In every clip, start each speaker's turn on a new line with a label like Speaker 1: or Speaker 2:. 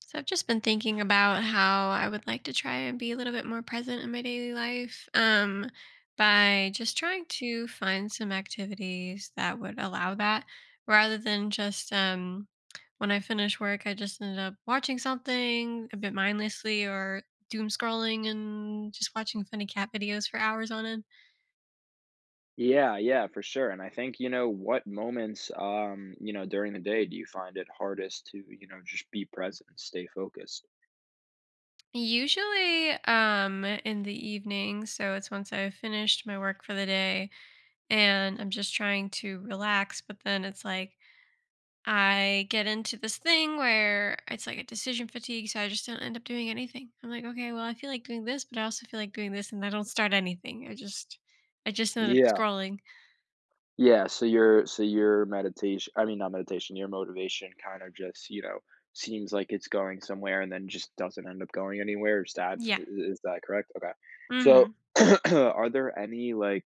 Speaker 1: So I've just been thinking about how I would like to try and be a little bit more present in my daily life, by just trying to find some activities that would allow that rather than just when I finish work, I just end up watching something a bit mindlessly or doom scrolling and just watching funny cat videos for hours on end.
Speaker 2: Yeah, yeah, for sure. And I think, you know, what moments, you know, during the day do you find it hardest to, you know, just be present, stay focused?
Speaker 1: Usually in the evening, so it's once I've finished my work for the day, and I'm just trying to relax. But then it's like I get into this thing where it's like a decision fatigue. So I just don't end up doing anything. I'm like, okay, well, I feel like doing this, but I also feel like doing this, and I don't start anything. I just end up
Speaker 2: Yeah,
Speaker 1: scrolling.
Speaker 2: so your meditation I mean, not meditation, your motivation kind of just, you know, seems like it's going somewhere and then just doesn't end up going anywhere. Is that
Speaker 1: Yeah.
Speaker 2: I is that correct? Okay. So,
Speaker 1: Hmm.
Speaker 2: are there any, like,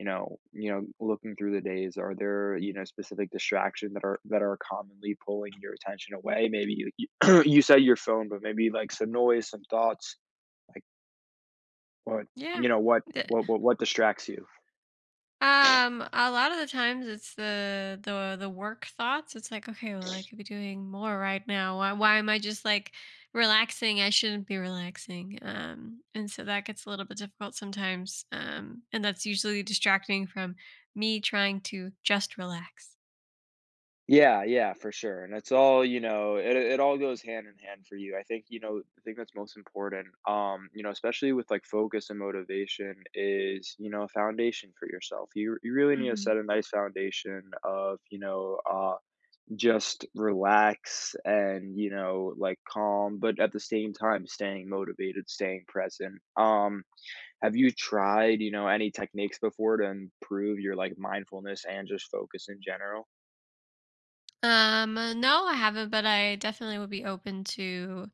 Speaker 2: you know, looking through the days, are there, you know, specific distractions that are commonly pulling your attention away? Maybe you you said your phone, but maybe, like, some noise, some thoughts, like, what
Speaker 1: Yeah.
Speaker 2: you know, what distracts you?
Speaker 1: A lot of the times it's the work thoughts. It's like, okay, well, I could be doing more right now. Why am I just like relaxing? I shouldn't be relaxing. And so that gets a little bit difficult sometimes. And that's usually distracting from me trying to just relax.
Speaker 2: Yeah, yeah, for sure, and it's all, you know, it all goes hand in hand for you. I think, you know, the thing that's most important, you know, especially with, like, focus and motivation is, you know, a foundation for yourself. You really need to
Speaker 1: Hmm.
Speaker 2: set a nice foundation of, you know, just relax and, you know, like, calm, but at the same time, staying motivated, staying present. Have you tried, you know, any techniques before to improve your, like, mindfulness and just focus in general?
Speaker 1: No, I haven't, but I definitely would be open to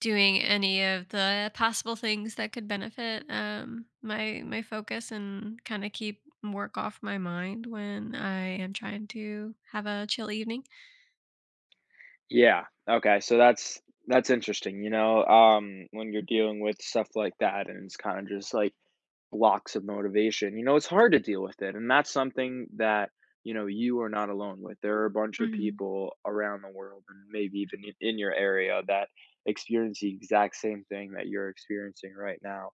Speaker 1: doing any of the possible things that could benefit my focus and kind of keep work off my mind when I am trying to have a chill evening.
Speaker 2: Yeah. Okay. So that's interesting. You know, when you're dealing with stuff like that, and it's kind of just like blocks of motivation. You know, it's hard to deal with it, and that's something that you know you are not alone with. There are a bunch of
Speaker 1: Mhm.
Speaker 2: people around the world, and maybe even in your area, that experience the exact same thing that you're experiencing right now.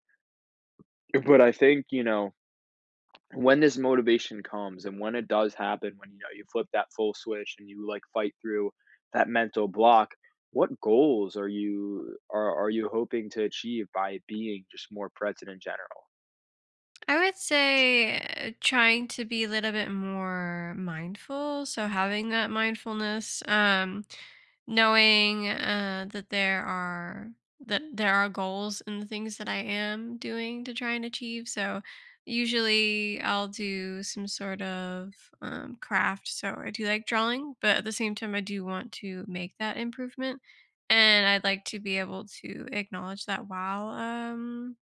Speaker 2: But I think you know when this motivation comes and when it does happen, when you know you flip that full switch and you like fight through that mental block, what goals are you hoping to achieve by being just more present in general?
Speaker 1: I would say trying to be a little bit more mindful. So having that mindfulness, knowing that there are goals in the things that I am doing to try and achieve. So usually I'll do some sort of craft. So I do like drawing, but at the same time I do want to make that improvement, and I'd like to be able to acknowledge that while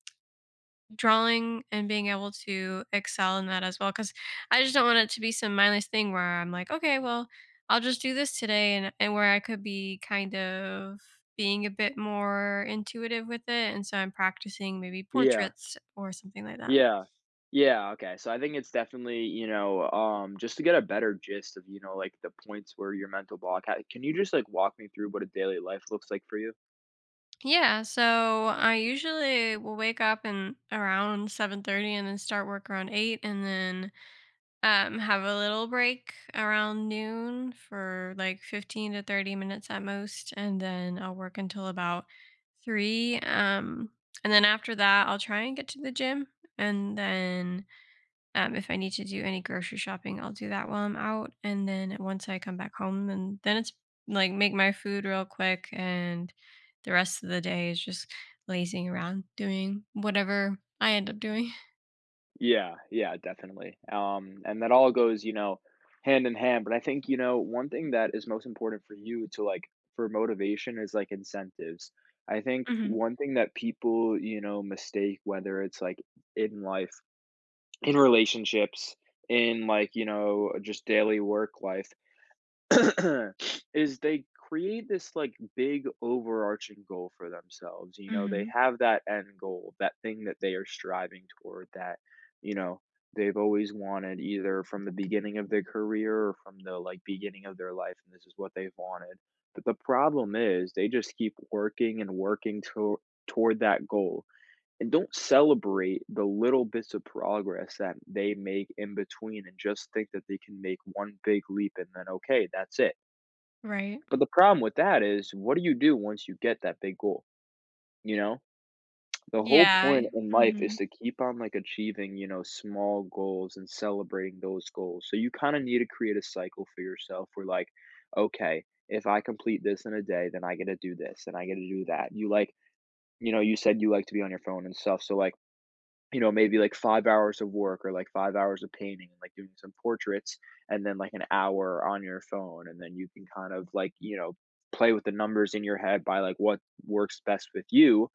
Speaker 1: drawing and being able to excel in that as well, because I just don't want it to be some mindless thing where I'm like, okay, well, I'll just do this today, and where I could be kind of being a bit more intuitive with it, and so I'm practicing maybe
Speaker 2: Yeah,
Speaker 1: portraits or something like that.
Speaker 2: yeah, yeah. Okay, so I think it's definitely you know just to get a better gist of you know like the points where your mental block. Can you just like walk me through what a daily life looks like for you?
Speaker 1: Yeah, so I usually will wake up and around 7:30 and then start work around 8, and then have a little break around noon for like 15 to 30 minutes at most, and then I'll work until about three. And then after that, I'll try and get to the gym. And then if I need to do any grocery shopping, I'll do that while I'm out. And then once I come back home, and then it's like make my food real quick, and the rest of the day is just lazing around doing whatever I end up doing.
Speaker 2: Yeah, yeah, definitely. And that all goes, you know, hand in hand. But I think, you know, one thing that is most important for you to like for motivation is like incentives. I think
Speaker 1: Hmm.
Speaker 2: one thing that people, you know, mistake, whether it's like in life, in relationships, in like, you know, just daily work life, is they create this like big overarching goal for themselves. You know, they
Speaker 1: Hmm.
Speaker 2: have that end goal, that thing that they are striving toward that, you know, they've always wanted either from the beginning of their career or from the like beginning of their life, and this is what they've wanted. But the problem is they just keep working and working toward that goal and don't celebrate the little bits of progress that they make in between, and just think that they can make one big leap and then okay, that's it.
Speaker 1: Right.
Speaker 2: But the problem with that is what do you do once you get that big goal? You know, the whole
Speaker 1: Yeah.
Speaker 2: point in life is
Speaker 1: Mhm.
Speaker 2: to keep on like achieving, you know, small goals and celebrating those goals. So you kind of need to create a cycle for yourself where like okay, if I complete this in a day, then I get to do this and I get to do that. You like, you know, you said you like to be on your phone and stuff, so like, you know, maybe like 5 hours of work or like 5 hours of painting and like doing some portraits, and then like an hour on your phone. And then you can kind of like, you know, play with the numbers in your head by like what works best with you.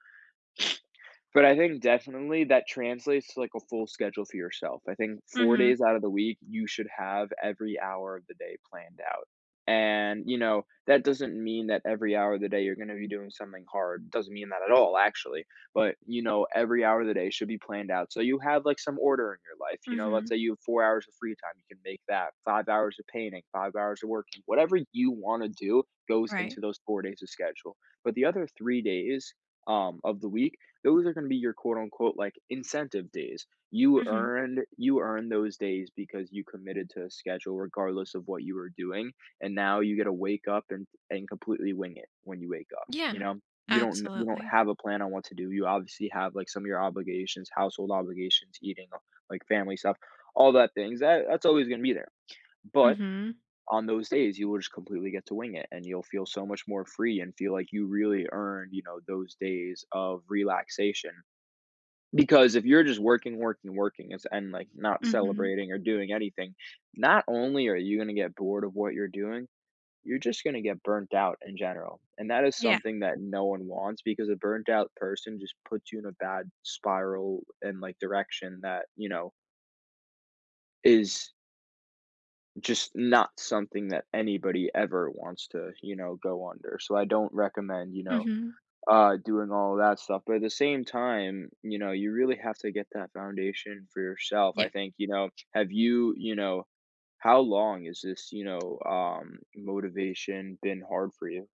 Speaker 2: But I think definitely that translates to, like, a full schedule for yourself. I think 4
Speaker 1: Mhm.
Speaker 2: days out of the week, you should have every hour of the day planned out. And, you know, that doesn't mean that every hour of the day you're gonna be doing something hard, doesn't mean that at all, actually. But, you know, every hour of the day should be planned out, so you have, like, some order in your life, you know? Let's
Speaker 1: Mhm.
Speaker 2: say you have 4 hours of free time, you can make that 5 hours of painting, 5 hours of working. Whatever you wanna do goes into
Speaker 1: Right.
Speaker 2: those 4 days of schedule. But the other 3 days, of the week, those are going to be your quote unquote like incentive days. You
Speaker 1: Mhm.
Speaker 2: earned you earned those days because you committed to a schedule regardless of what you were doing, and now you get to wake up and completely wing it when you wake up. You
Speaker 1: Yeah.
Speaker 2: know, you don't
Speaker 1: Absolutely.
Speaker 2: have a plan on what to do. You obviously have like some of your obligations, household obligations, eating, like family stuff, all that things. That's always going to be there. But
Speaker 1: Mhm.
Speaker 2: on those days you will just completely get to wing it, and you'll feel so much more free and feel like you really earned, you know, those days of relaxation, because if you're just working, working, working, it's and, like, not
Speaker 1: Mhm.
Speaker 2: celebrating or doing anything, not only are you gonna get bored of what you're doing, you're just gonna get burnt out in general, and that is
Speaker 1: Yeah.
Speaker 2: something that no one wants because a burnt out person just puts you in a bad spiral and, like, direction that, you know, is just not something that anybody ever wants to, you know, go under. So I don't recommend, you know,
Speaker 1: Mhm.
Speaker 2: doing all of that stuff. But at the same time, you know, you really have to get that foundation for yourself.
Speaker 1: Yeah.
Speaker 2: I think, you know, have you, you know, how long is this, you know, motivation been hard for you?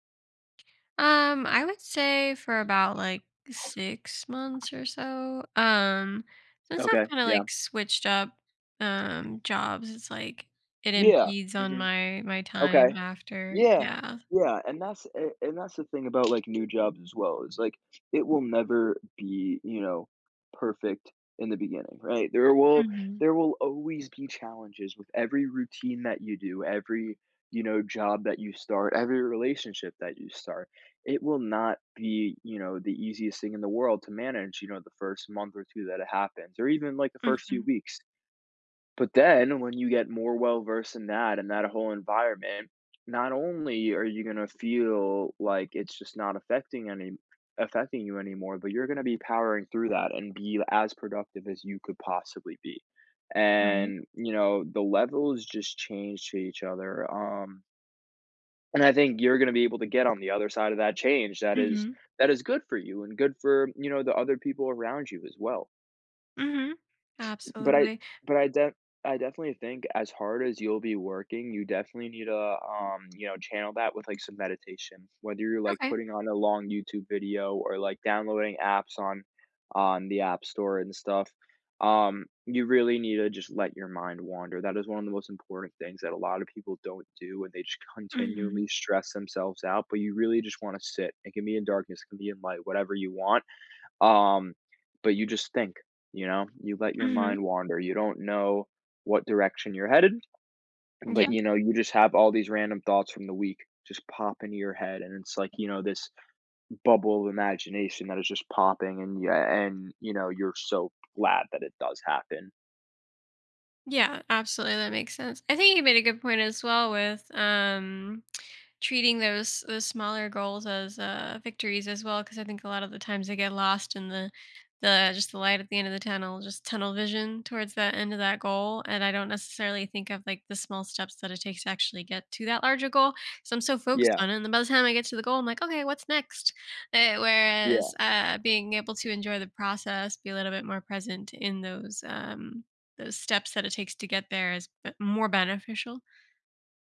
Speaker 1: I would say for about like 6 months or so, since I've
Speaker 2: Okay.
Speaker 1: kinda
Speaker 2: Yeah.
Speaker 1: like switched up, jobs, it's like it
Speaker 2: Yeah.
Speaker 1: impedes on
Speaker 2: Hmm.
Speaker 1: my time
Speaker 2: Okay.
Speaker 1: after.
Speaker 2: Yeah.
Speaker 1: Yeah.
Speaker 2: Yeah, and that's a and that's the thing about, like, new jobs as well, is, like, it will never be, you know, perfect in the beginning, right?
Speaker 1: Mhm.
Speaker 2: There will always be challenges with every routine that you do, every, you know, job that you start, every relationship that you start. It will not be, you know, the easiest thing in the world to manage, you know, the 1st month or 2 that it happens, or even, like, the 1st few
Speaker 1: Mhm.
Speaker 2: weeks. But then when you get more well versed in that and that whole environment, not only are you gonna feel like it's just not affecting any affecting you anymore, but you're gonna be powering through that and be as productive as you could possibly be.
Speaker 1: Right.
Speaker 2: And, you know, the levels just change to each other. And I think you're gonna be able to get on the other side of that change
Speaker 1: Mhm.
Speaker 2: that is good for you and good for, you know, the other people around you as well.
Speaker 1: Mhm.
Speaker 2: But I
Speaker 1: Absolutely.
Speaker 2: but I def I definitely think as hard as you'll be working, you definitely need to, you know, channel that with, like, some meditation, whether you're, like,
Speaker 1: Okay.
Speaker 2: putting on a long YouTube video or, like, downloading apps on the App Store and stuff. You really need to just let your mind wander. That is one of the most important things that a lot of people don't do, and they just continually
Speaker 1: Mhm.
Speaker 2: stress themselves out, but you really just wanna sit. It can be in darkness, it can be in light, whatever you want. Um, but you just think, you know? You let your
Speaker 1: Mhm.
Speaker 2: mind wander, you don't know what direction you're headed, but,
Speaker 1: Yeah.
Speaker 2: you know, you just have all these random thoughts from the week just pop into your head, and it's like, you know, this bubble of imagination that is just popping, and yeah, and you know, you're so glad that it does happen.
Speaker 1: Yeah, absolutely. That makes sense. I think you made a good point as well with treating those smaller goals as victories as well, because I think a lot of the times they get lost in the just the light at the end of the tunnel, just tunnel vision towards that end of that goal. And I don't necessarily think of like the small steps that it takes to actually get to that larger goal. So I'm so focused
Speaker 2: Yeah.
Speaker 1: on it, and then by the time I get to the goal, I'm like, okay, what's next? Uh,
Speaker 2: Yeah.
Speaker 1: whereas uh, being able to enjoy the process, be a little bit more present in those steps that it takes to get there is more beneficial.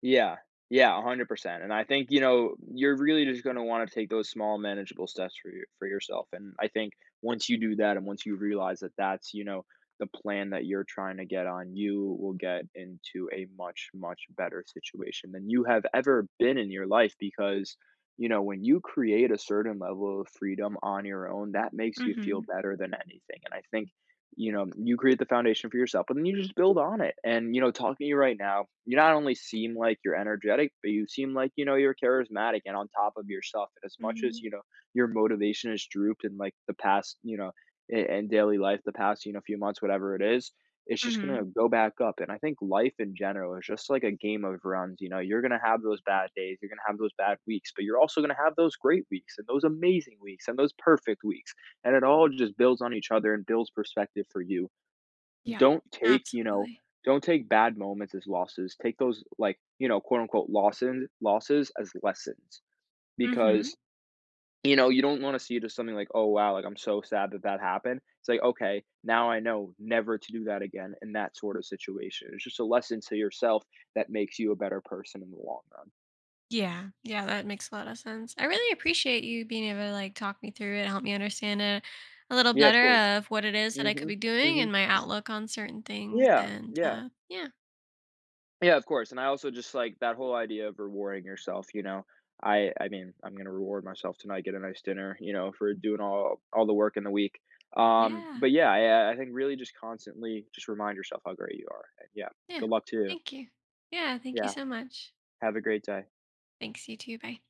Speaker 2: Yeah. Yeah, 100%, and I think, you know, you're really just gonna wanna take those small manageable steps for your for yourself, and I think once you do that and once you realize that that's, you know, the plan that you're trying to get on, you will get into a much, much better situation than you have ever been in your life, because, you know, when you create a certain level of freedom on your own, that makes you feel
Speaker 1: Mm-hmm.
Speaker 2: better than anything. And I think you know, you create the foundation for yourself, but then you just build on it. And, you know, talking to you right now, you not only seem like you're energetic, but you seem like, you know, you're charismatic and on top of yourself. And as much as,
Speaker 1: Mm-hmm.
Speaker 2: you know, your motivation has drooped in like the past, you know, and daily life, the past, you know, few months, whatever it is, it's just going
Speaker 1: Mm-hmm.
Speaker 2: to go back up. And I think life in general is just like a game of runs. You know, you're going to have those bad days, you're going to have those bad weeks, but you're also going to have those great weeks and those amazing weeks and those perfect weeks, and it all just builds on each other and builds perspective for you.
Speaker 1: Yeah,
Speaker 2: Don't take, you know,
Speaker 1: absolutely.
Speaker 2: don't take bad moments as losses. Take those, like, you know, quote unquote losses as lessons,
Speaker 1: Mhm.
Speaker 2: because you know, you don't want to see it as something like, oh wow, like I'm so sad that that happened. It's like, okay, now I know never to do that again in that sort of situation. It's just a lesson to yourself that makes you a better person in the long run.
Speaker 1: Yeah, yeah, that makes a lot of sense. I really appreciate you being able to, like, talk me through it, help me understand it a little
Speaker 2: Yeah, of course.
Speaker 1: better of what it is that I could
Speaker 2: Hmm.
Speaker 1: be doing
Speaker 2: Hmm.
Speaker 1: and my outlook on certain things,
Speaker 2: Yeah.
Speaker 1: and,
Speaker 2: Yeah.
Speaker 1: yeah.
Speaker 2: Yeah, of course, and I also just like that whole idea of rewarding yourself, you know? I mean, I'm gonna reward myself tonight, get a nice dinner, you know, for doing all the work in the week.
Speaker 1: Yeah,
Speaker 2: But yeah, I think really just constantly just remind yourself how great you are, and yeah,
Speaker 1: yeah.
Speaker 2: good luck to you.
Speaker 1: Thank you. Yeah, thank you
Speaker 2: Yeah,
Speaker 1: so much.
Speaker 2: have a great day.
Speaker 1: Thanks, you too, bye.